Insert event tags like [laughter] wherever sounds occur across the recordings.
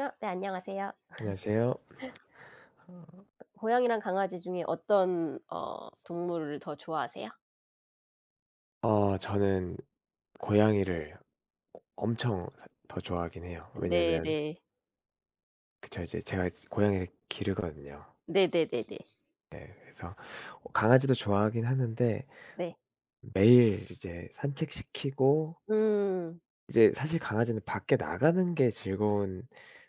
아 네, 안녕하세요. 안녕하세요. 고양이랑 강아지 중에 어떤 동물을 더 좋아하세요? 저는 고양이를 엄청 더 좋아하긴 해요. 왜냐면 네네. 그쵸, 이제 제가 이제 고양이를 기르거든요. 네네네네. 네, 그래서 강아지도 좋아하긴 하는데 네. 매일 이제 산책시키고, 음 이제 사실 강아지는 밖에 나가는 게 즐거운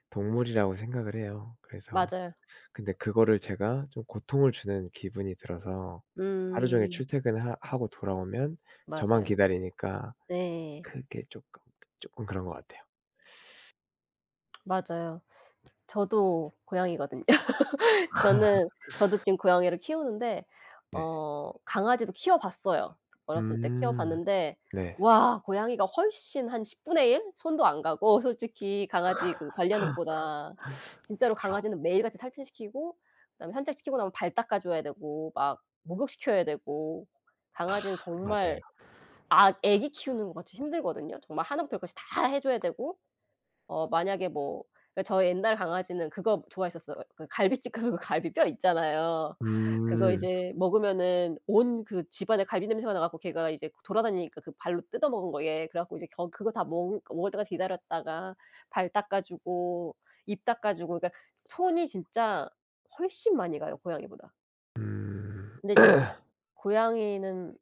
동물이라고 생각을 해요. 그래서 맞아요. 근데 그거를 제가 좀 고통을 주는 기분이 들어서. 하루 종일 음 출퇴근하 고 돌아오면 저만 맞아요. 기다리니까 네. 그게 조금 그런 것 같아요. 맞아요. 저도 고양이거든요. [laughs] 저는 저도 지금 고양이를 키우는데 네. 강아지도 키워 봤어요. 어렸을 때 키워 음. 봤는데 네. 와, 고양이가 훨씬 한 10분의 1 손도 안 가고 [laughs] 솔직히 강아지 그 관리하는 것보다 진짜로 그쵸. 강아지는 매일같이 살찐시키고 그다음에 산책시키고 나면 발 닦아 줘야 되고 막 목욕시켜야 되고 강아지는 맞아요. 정말 아, 애기 키우는 것 같이 힘들거든요. 정말 하나부터 열까지 다 해 줘야 되고 만약에 뭐 그러니까 저희 옛날 강아지는 그거 좋아했었어요. 그 갈비찜 하면 그 갈비뼈 있잖아요. 그거 음. 이제 먹으면은 온 그 집안에 갈비 냄새가 나 갖고 걔가 이제 돌아다니니까 그 발로 뜯어 먹은 거에. 그래 갖고 이제 겨 그거 다 먹 먹을 때까지 기다렸다가 발 닦아 주고 입 닦아 주고 그러니까 손이 진짜 훨씬 많이 가요, 고양이보다. 음. 근데 이제 [clears throat] 고양이는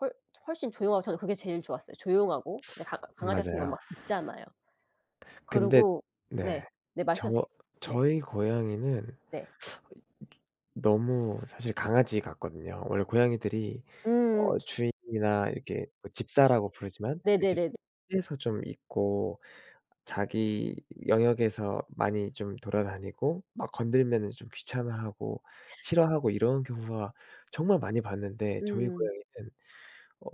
훨 훨씬 조용하고 저는 그게 제일 좋았어요. 조용하고 이제 강 강아지 같은 경우는 맞아요. 막 짖잖아요. 근데 그리고 네. 네. 네, 저 말씀하세요. 네. 저희 고양이는 네. 너무 사실 강아지 같거든요. 원래 고양이들이 음. 주인이나 이렇게 뭐 집사라고 부르지만, 그 네네네네. 집에서 좀 있고 자기 영역에서 많이 좀 돌아다니고 막 건들면은 좀 귀찮아하고 싫어하고 이런 경우가 정말 많이 봤는데, 저희 음. 고양이는 어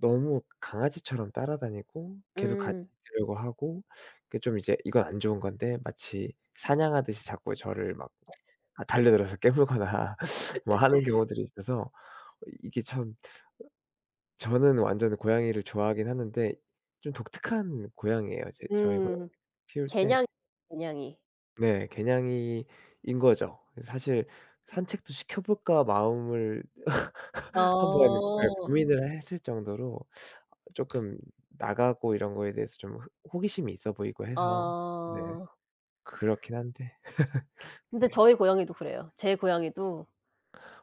너무 강아지처럼 따라다니고 계속 같이 음. 있으려고 하고, 그게 좀 이제 이건 안 좋은 건데 마치 사냥하듯이 자꾸 저를 막 달려들어서 [laughs] 깨물거나 뭐 하는 경우들이 있어서 이게 참, 저는 완전 고양이를 좋아하긴 하는데 좀 독특한 고양이예요. 제 저희 고양이 음. 키울 때. 개냥이. 개냥이. 네, 개냥이인 거죠. 사실 '산책도 시켜 볼까?' 마음을 [laughs] 한 번, 네, 어. 고민을 했을 정도로 쪼끔 나가고 이런 거에 대해서 좀 호 호기심이 있어 보이고 해서. 네, 어. 그렇긴 한데. 근데 네. 저희 고양이도 그래요. 제 고양이도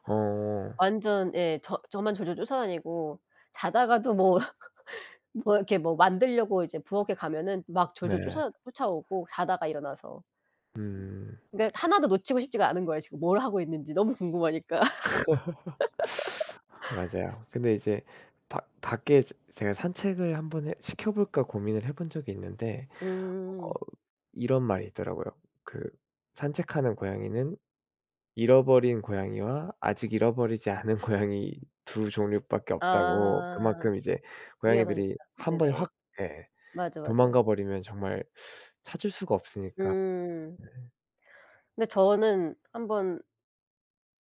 어. 완전, 예, 저만 졸졸 쫓아다니고 자다가도 뭐 [laughs] 뭐 이렇게 뭐 만들려고 이제 부엌에 가면은 막 졸졸 네. 쫓아오고 자다가 일어나서. 음. 그러니까 하나도 놓치고 싶지가 않은 거예요, 지금 뭘 하고 있는지 너무 [laughs] 궁금하니까. [laughs] 맞아요. 근데 이제 밖 밖에 제 제가 산책을 한번 해 시켜 볼까 고민을 해본 적이 있는데, 어 음. 이런 말이 있더라고요. 그 산책하는 고양이는 잃어버린 고양이와 아직 잃어버리지 않은 고양이, 두 종류밖에 없다고. 아. 그만큼 이제 위험하니까. 고양이들이 한 번에 네네. 확. 예. 맞아, 맞아요. 도망가 버리면 정말 찾을 수가 없으니까. 음. 근데 저는 한번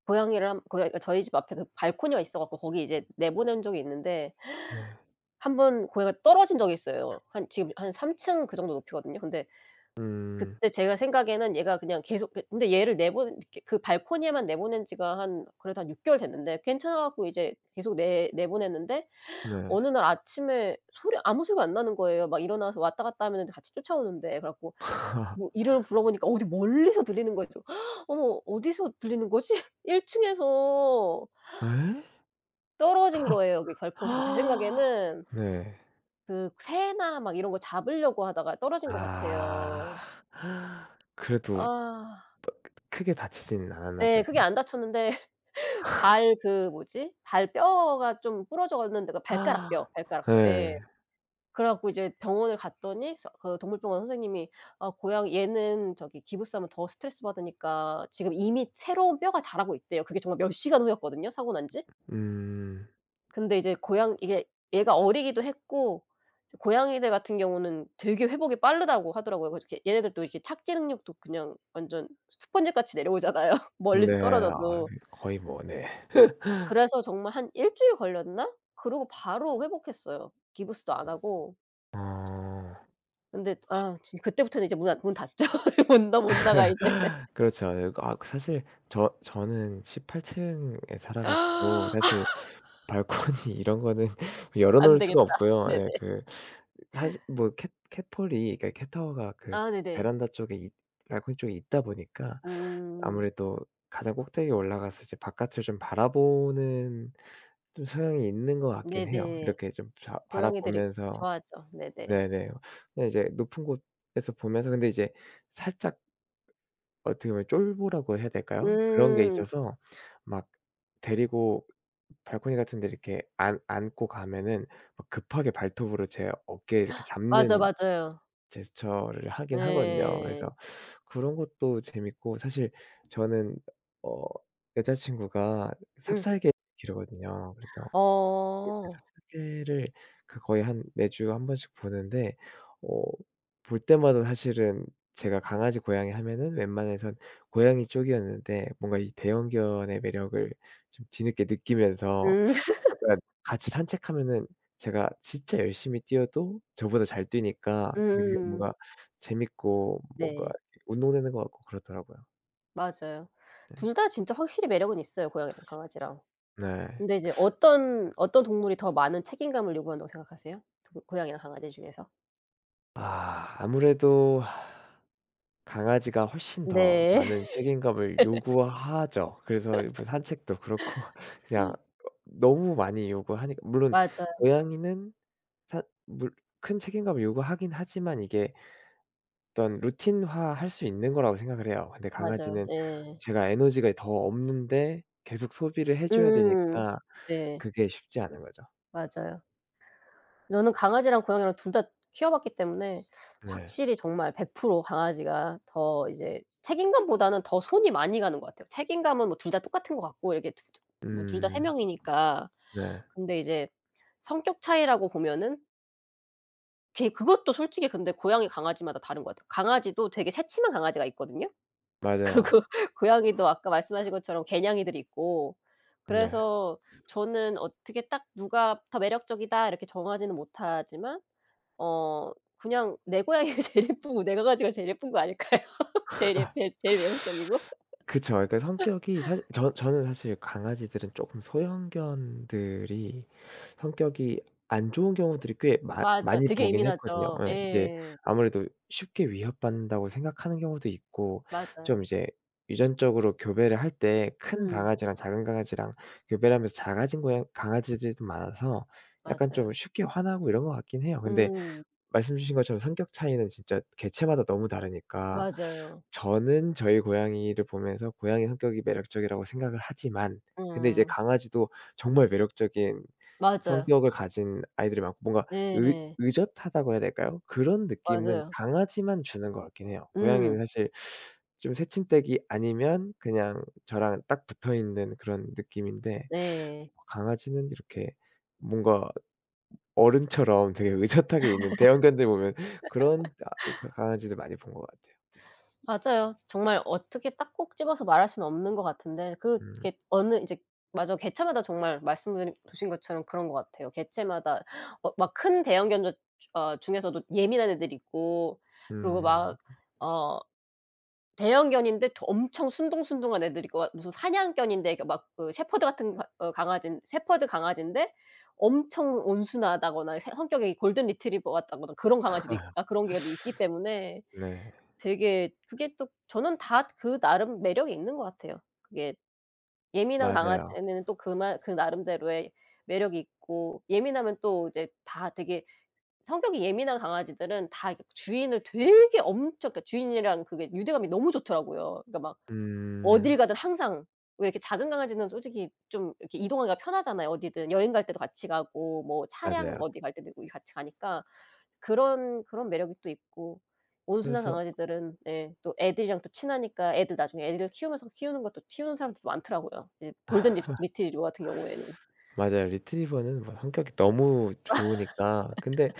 고양이를 한 고양이가 저희 집 앞에 그 발코니가 있어 갖고 거기 이제 내보낸 적이 있는데 네. 한번 고양이가 떨어진 적이 있어요. 한 지금 한 3층 그 정도 높이거든요. 근데 음. 그때 제가 생각에는 얘가 그냥 계속 그 근데 얘를 내보낸 이렇게 그 발코니에만 내보낸 지가 한 그래도 한 6개월 개월 됐는데 괜찮아 갖고 이제 계속 내 내보냈는데 네. 어느 날 아침에 소리 아무 소리가 안 나는 거예요. 막 일어나서 왔다 갔다 하면은 같이 쫓아오는데. 그래 갖고 뭐 [laughs] 이름을 불러보니까 어디 멀리서 들리는 거죠. 어머, 어디서 들리는 거지? [laughs] 1층 층에서 예? 떨어진 거예요, 여기 발코니에서. 제 생각에는 네. 그 새나 막 이런 거 잡으려고 하다가 떨어진 것 아. 같아요. 그래도 아, 뭐 크게 다치지는 않았나 네. 보네요. 그게 안 다쳤는데 [laughs] 발 그 뭐지? 발뼈가 좀 부러졌는데 그 발가락뼈, 발가락뼈. 예. 예. 그래 갖고 이제 병원을 갔더니 서 그 동물병원 선생님이 "아, 고양 얘는 저기 기부싸면 더 스트레스 받으니까 지금 이미 새로운 뼈가 자라고 있대요." 그게 정말 몇 시간 후였거든요, 사고 난 지. 음. 근데 이제 고양 이게 얘가 어리기도 했고 이제 고양이들 같은 경우는 되게 회복이 빠르다고 하더라고요. 그래서 이렇게 얘네들도 이렇게 착지 능력도 그냥 완전 스펀지같이 내려오잖아요, [laughs] 멀리서 네. 아, 떨어져도. 거의 뭐, 네. [laughs] 그래서 정말 한 일 주일 걸렸나? 그러고 바로 회복했어요, 기부스도 안 하고. 어. 근데 아, 진 그때부터는 이제 문 안 문 닫죠. [laughs] 못 나가 이제. 그렇죠. 예, 아 그 사실 저는 18층 층에 살아 가지고, [laughs] 사실 [laughs] 발코니 이런 거는 열어 안 놓을 수가 되겠다. 없고요. 네네. 예그 사실 뭐 캣 캣폴이, 그러니까 캣타워가 그 아, 네네. 베란다 쪽에 있 발코니 쪽에 있다 보니까, 음. 아무래도 가장 꼭대기에 올라가서 이제 바깥을 좀 바라보는 좀 소양이 있는 것 같긴 해요. 네네. 이렇게 좀 자 고양이들이 바라보면서. 좋아하죠. 네네. 네네. 그냥 이제 높은 곳에서 보면서, 근데 이제 살짝 어떻게 보면 쫄보라고 해야 될까요? 그런 게 음. 있어서 막 데리고 발코니 같은 데 이렇게 안 안고 가면은 막 급하게 발톱으로 제 어깨에 이렇게 맞아, 잡는 맞아요. 제스처를 하긴 하거든요. 그래서 예. 그런 것도 재밌고, 사실 저는 어 여자친구가 음. 삽살개를 기르거든요. 그래서 네, 그 어. 삽살개를 그 거의 한 매주 한 번씩 보는데, 어 볼 때마다 사실은 제가 강아지, 고양이 하면은 웬만해선 고양이 쪽이었는데, 뭔가 이 대형견의 매력을 좀 뒤늦게 느끼면서 음. [laughs] 약간 같이 산책하면은 제가 진짜 열심히 뛰어도 저보다 잘 뛰니까, 근데 그게 음. 뭔가 재밌고, 뭔가 네. 운동되는 것 같고 그렇더라고요. 맞아요. 네. 둘 다 진짜 확실히 매력은 있어요, 고양이랑 강아지랑. 네. 근데 이제 어떤 동물이 더 많은 책임감을 요구한다고 생각하세요? 동 고양이랑 강아지 중에서? 아, 아무래도 강아지가 훨씬 더 네. [laughs] 많은 책임감을 요구하죠. 그래서 뭐 산책도 그렇고 [laughs] 그냥 너무 많이 요구하니까. 물론 맞아. 고양이는 사 물 큰 책임감을 요구하긴 하지만, 이게 어떤 루틴화할 수 있는 거라고 생각을 해요. 근데 맞아요. 강아지는 예. 제가 에너지가 더 없는데 계속 소비를 해 줘야 음. 되니까 네. 그게 쉽지 않은 거죠. 맞아요. 저는 강아지랑 고양이랑 둘 다 키워봤기 때문에 네. 확실히 정말 100% 강아지가 더 이제 책임감보다는 더 손이 많이 가는 것 같아요. 책임감은 뭐 둘 다 똑같은 것 같고 이렇게 두 뭐 둘 다 세 음. 명이니까. 네. 근데 이제 성격 차이라고 보면은 걔 그것도 솔직히 근데 고양이, 강아지마다 다른 것 같아요. 강아지도 되게 새침한 강아지가 있거든요. 맞아요. 그리고 [laughs] 고양이도 아까 말씀하신 것처럼 개냥이들이 있고 네. 그래서 저는 어떻게 딱 '누가 더 매력적이다.' 이렇게 정하지는 못하지만 어 그냥 내 고양이가 [laughs] 제일 예쁘고 내 강아지가 제일 예쁜 거 아닐까요? [laughs] 제일 예 제 제일 매력적이고. [laughs] 그쵸. 그러니까 성격이, 사실 저는 사실 강아지들은 쪼끔 소형견들이 성격이 안 좋은 경우들이 꽤 많 맞아. 많이 되게 보긴 했거든요. 예민하죠. 예. 이제 예. 아무래도 쉽게 위협받는다고 생각하는 경우도 있고, 좀 맞아요. 이제 유전적으로 교배를 할 때 큰 음. 강아지랑 작은 강아지랑 교배를 하면서 작아진 고양 강아지들이 좀 많아서 약간 좀 맞아요. 쉽게 화나고 이런 것 같긴 해요. 근데 음. 말씀 주신 것처럼 성격 차이는 진짜 개체마다 너무 다르니까, 맞아요. 저는 저희 고양이를 보면서 고양이 성격이 매력적이라고 생각을 하지만, 근데 이제 음. 강아지도 정말 매력적인 맞아요. 성격을 가진 아이들이 많고, 뭔가 의 예. 의젓하다고 해야 될까요? 그런 느낌은 맞아요. 강아지만 주는 것 같긴 해요. 고양이는 음. 사실 좀 새침대기 아니면 그냥 저랑 딱 붙어 있는 그런 느낌인데, 네. 강아지는 이렇게 뭔가 어른처럼 되게 의젓하게 있는 대형견들 보면, 그런 아 그 강아지들 많이 본 것 같아요. 맞아요. 정말 어떻게 딱 꼭 집어서 말할 수는 없는 것 같은데 음. 그게 어느 이제 맞아. 개체마다 정말 말씀 드 주신 것처럼 그런 것 같아요. 개체마다 막 큰 대형 견종 중에서도 예민한 애들이 있고 그리고 음. 막 어 대형견인데 더 엄청 순둥순둥한 애들이 있고 막 무슨 사냥견인데 그 막 그 셰퍼드 같은 가 강아지인 셰퍼드 강아지인데 엄청 온순하다거나 세 성격이 골든 리트리버 같다거나 그런 강아지도 있 아 그런 개도 있기 때문에 [laughs] 네. 되게 그게 또 저는 다 그 나름 매력이 있는 것 같아요. 그게 예민한 맞아요. 강아지는 또 그만 그 나름대로의 매력이 있고 예민하면 또 이제 다 되게 성격이 예민한 강아지들은 다 이렇게 주인을 되게 엄청 그러니까 주인이랑 그게 유대감이 너무 좋더라고요. 그러니까 막 음. 어딜 가든 항상 왜 이렇게 작은 강아지는 솔직히 좀 이렇게 이동하기가 편하잖아요, 어디든. 여행 갈 때도 같이 가고 뭐 차량 맞아요. 어디 갈 때도 우리 같이 가니까 그런 매력이 또 있고 온순한 그래서 강아지들은, 예, 또 애들이랑 또 친하니까 애들 나중에 애들 키우면서 키우는 것도 키우는 사람들도 많더라고요. 예, 골든 리 리트리버 같은 경우에는. 맞아요. 리트리버는 뭐 성격이 너무 좋으니까. 근데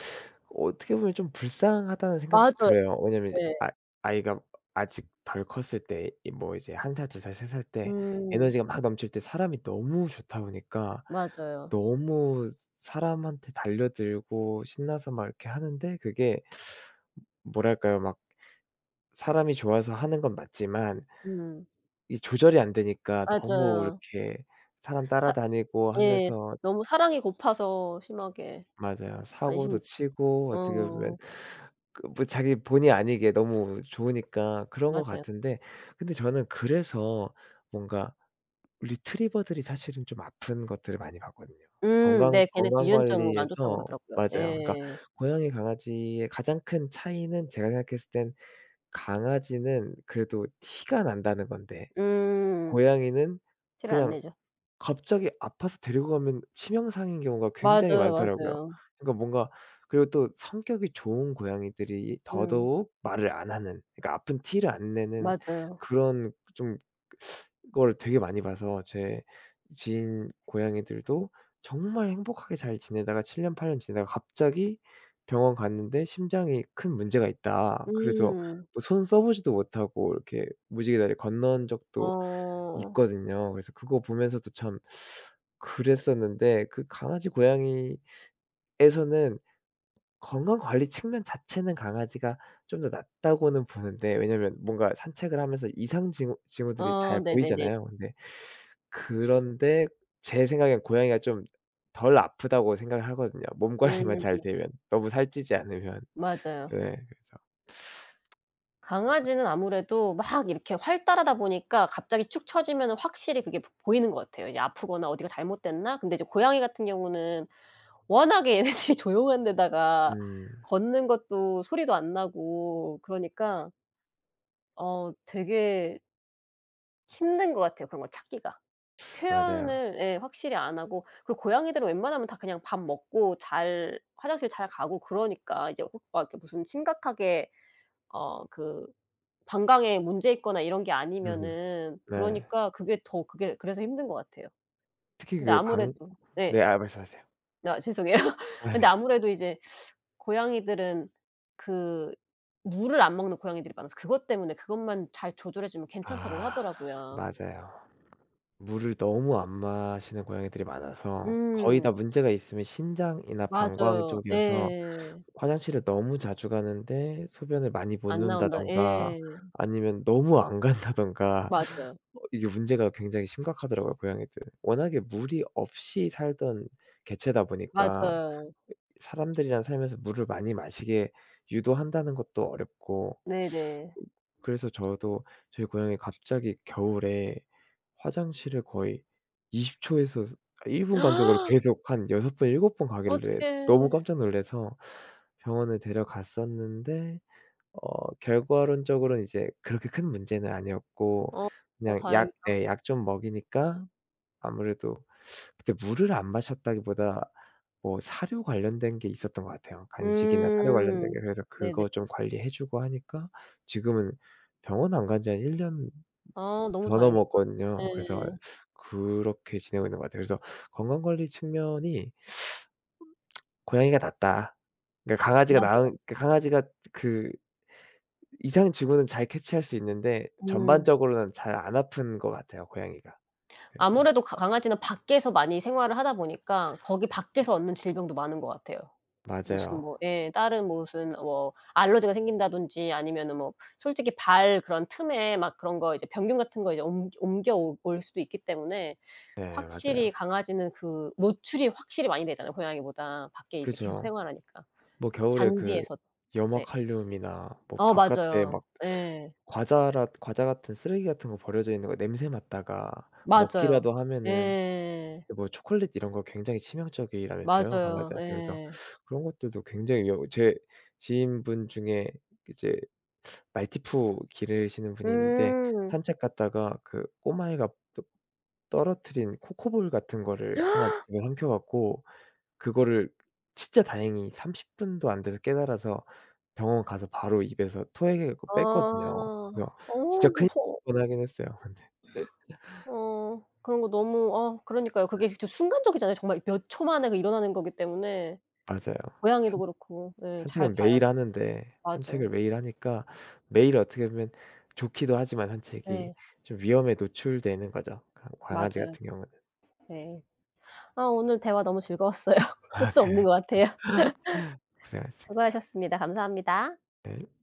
어떻게 보면 좀 불쌍하다는 생각도 맞아요. 들어요. 왜냐면 네. 아 아이가 아직 덜 컸을 때, 이 뭐 이제 1살, 2살, 3살 때 음. 에너지가 막 넘칠 때 사람이 너무 좋다 보니까, 맞아요. 너무 사람한테 달려들고 신나서 막 이렇게 하는데, 그게 뭐랄까요? 막 사람이 좋아서 하는 건 맞지만 음. 이 조절이 안 되니까 너무 맞아요. 이렇게 사람 사 따라다니고 예. 하면서. 너무 사랑이 고파서 심하게 맞아요. 사고도 관심 치고 어떻게 어 보면 그 뭐 자기 본의 아니게 너무 좋으니까 그런 것 맞아요. 같은데. 근데 저는 그래서 뭔가 리트리버들이 사실은 좀 아픈 것들을 많이 봤거든요. 음. 네. 걔는 유 건강 연적으로 안 좋다고 관리에서. 그러더라고요. 맞아요. 그러니까 예. 고양이, 강아지의 가장 큰 차이는 제가 생각했을 땐 강아지는 그래도 티가 난다는 건데, 음. 고양이는 티를 안 그냥 내죠. 갑자기 아파서 데리고 가면 치명상인 경우가 굉장히 맞아요, 많더라고요. 맞아요. 그러니까 뭔가, 그리고 또 성격이 좋은 고양이들이 음. 더더욱 말을 안 하는, 그러니까 아픈 티를 안 내는 맞아요. 그런 좀 걸 되게 많이 봐서. 제 지인 고양이들도 정말 행복하게 잘 지내다가 7년 8년 지내다가 갑자기 병원 갔는데 "심장이 큰 문제가 있다." 그래서 음. 뭐 손 써 보지도 못하고 이렇게 무지개다리 건너온 적도 어. 있거든요. 그래서 그거 보면서도 참 그랬었는데, 그 강아지 고양이에서는 건강 관리 측면 자체는 강아지가 좀 더 낫다고는 보는데, 왜냐면 뭔가 산책을 하면서 이상 징후들이 어, 잘 네네네. 보이잖아요. 근데 그런데 제 생각엔 고양이가 좀 덜 아프다고 생각을 하거든요, 몸 관리만 잘 음 되면. 너무 살찌지 않으면. 맞아요. 네, 그래서. 강아지는 아무래도 막 이렇게 활달하다 보니까 갑자기 축 처지면은 확실히 그게 보 보이는 것 같아요. 이제 아프거나 어디가 잘못됐나? 근데 이제 고양이 같은 경우는 워낙에 [laughs] 얘네들이 조용한 데다가 음. 걷는 것도 소리도 안 나고 그러니까 되게 힘든 것 같아요, 그런 걸 찾기가. 맞아요. 표현을, 예, 확실히 안 하고 그리고 고양이들은 웬만하면 다 그냥 밥 먹고 잘 화장실 잘 가고 그러니까 이제 혹 막 이렇게 무슨 심각하게 그 방광에 문제 있거나 이런 게 음음. 아니면은 네. 그러니까 그게 더 그게 그래서 힘든 것 같아요. 특히 근데 그 방 아무래도 네. 네, 아 말씀하세요. 아, 죄송해요. [laughs] 아, 근데 네. 아무래도 이제 고양이들은 그 물을 안 먹는 고양이들이 많아서 그것 때문에 그것만 잘 조절해 주면 괜찮다고는 아, 하더라고요. 맞아요. 물을 너무 안 마시는 고양이들이 많아서 거의 다 음. 문제가 있으면 신장이나 방광 맞아요. 쪽이어서 예. 화장실을 너무 자주 가는데 소변을 많이 못 안 나온다. 놓는다든가, 예. 아니면 너무 안 간다든가 [laughs] 맞아요. 어 이게 문제가 굉장히 심각하더라고요 고양이들. 워낙에 물이 없이 살던 개체다 보니까 맞아요. 사람들이랑 살면서 물을 많이 마시게 유도한다는 것도 어렵고. 네네. 그래서 저도 저희 고양이 갑자기 겨울에 화장실을 거의 20초 초에서 1분 간격으로 계속 한 6번 7번 가길래 어떡해. 너무 깜짝 놀라서 병원을 데려갔었는데, 결과론적으로는 이제 그렇게 큰 문제는 아니었고 어, 어, 그냥 약, 다행이다. 예 약 좀 먹이니까. 아무래도 그때 물을 안 마셨다기보다 뭐 사료 관련된 게 있었던 것 같아요. 간식이나 사료 관련된 음. 게. 그래서 네네. 그거 좀 관리해 주고 하니까 지금은 병원 안간지한1년 아, 너무 전어 다행이다. 먹거든요. 그래서 예. 그렇게 지내고 있는 것 같아요. 그래서 건강 관리 측면이 고양이가 낫다. 그러니까 강아지가 맞아요. 나은, 그 강아지가 그 이상 징후는 잘 캐치할 수 있는데 음. 전반적으로는 잘 안 아픈 것 같아요, 고양이가. 그래서 아무래도 가 강아지는 밖에서 많이 생활을 하다 보니까 거기 밖에서 얻는 질병도 많은 것 같아요. 무슨 맞아요. 뭐, 예, 다른 무슨 뭐 알러지가 생긴다든지 아니면은 뭐 솔직히 발 그런 틈에 막 그런 거 이제 병균 같은 거 이제 옮 옮겨 오 올 수도 있기 때문에 네, 확실히 맞아요. 강아지는 그 노출이 확실히 많이 되잖아요, 고양이보다. 밖에 이제 계속 그죠. 생활하니까. 뭐 겨울에 그 잔디에서 네. 염화칼륨이나 뭐 어, 바깥에 맞아요. 막 예. 과자 같은 쓰레기 같은 거 버려져 있는 거 냄새 맡다가 맞아요. 먹기라도 하면은. 예. 근데 뭐 초콜릿 이런 거 굉장히 치명적이라면서요, 맞아요. 강아지한테. 그래서 예. 그런 것들도 굉장히 위험. 제 지인분 중에 이제 말티푸 기르시는 분이 있는데, 음. 산책 갔다가 그 꼬마애가 또 떨어뜨린 코코볼 같은 거를 하 집에 삼켜 갖고 그거를 진짜 다행히 30분 분도 안 돼서 깨달아서 병원 가서 바로 입에서 토해내고 아. 뺐거든요. 그래서 진짜 큰일 무서워. 날 뻔하긴 했어요. [laughs] 근데 그런 거 너무, 아, 그러니까요. 그게 진짜 순간적이잖아요. 정말 몇 초 만에 그 일어나는 거기 때문에 맞아요. 고양이도 산 그렇고, 예, 잘 산책은 봐야 매일 하는데, 맞아요. 산책을 매일 하니까 매일 어떻게 보면 좋기도 하지만, 산책이 네. 좀 위험에 노출되는 거죠 강 강아지 맞아요. 같은 경우는. [laughs] 네. 아, 오늘 대화 너무 즐거웠어요. [laughs] 아, 끝도 없는 네. 것 같아요. 고생하셨습니다. 수고하셨습니다. 감사합니다. 네.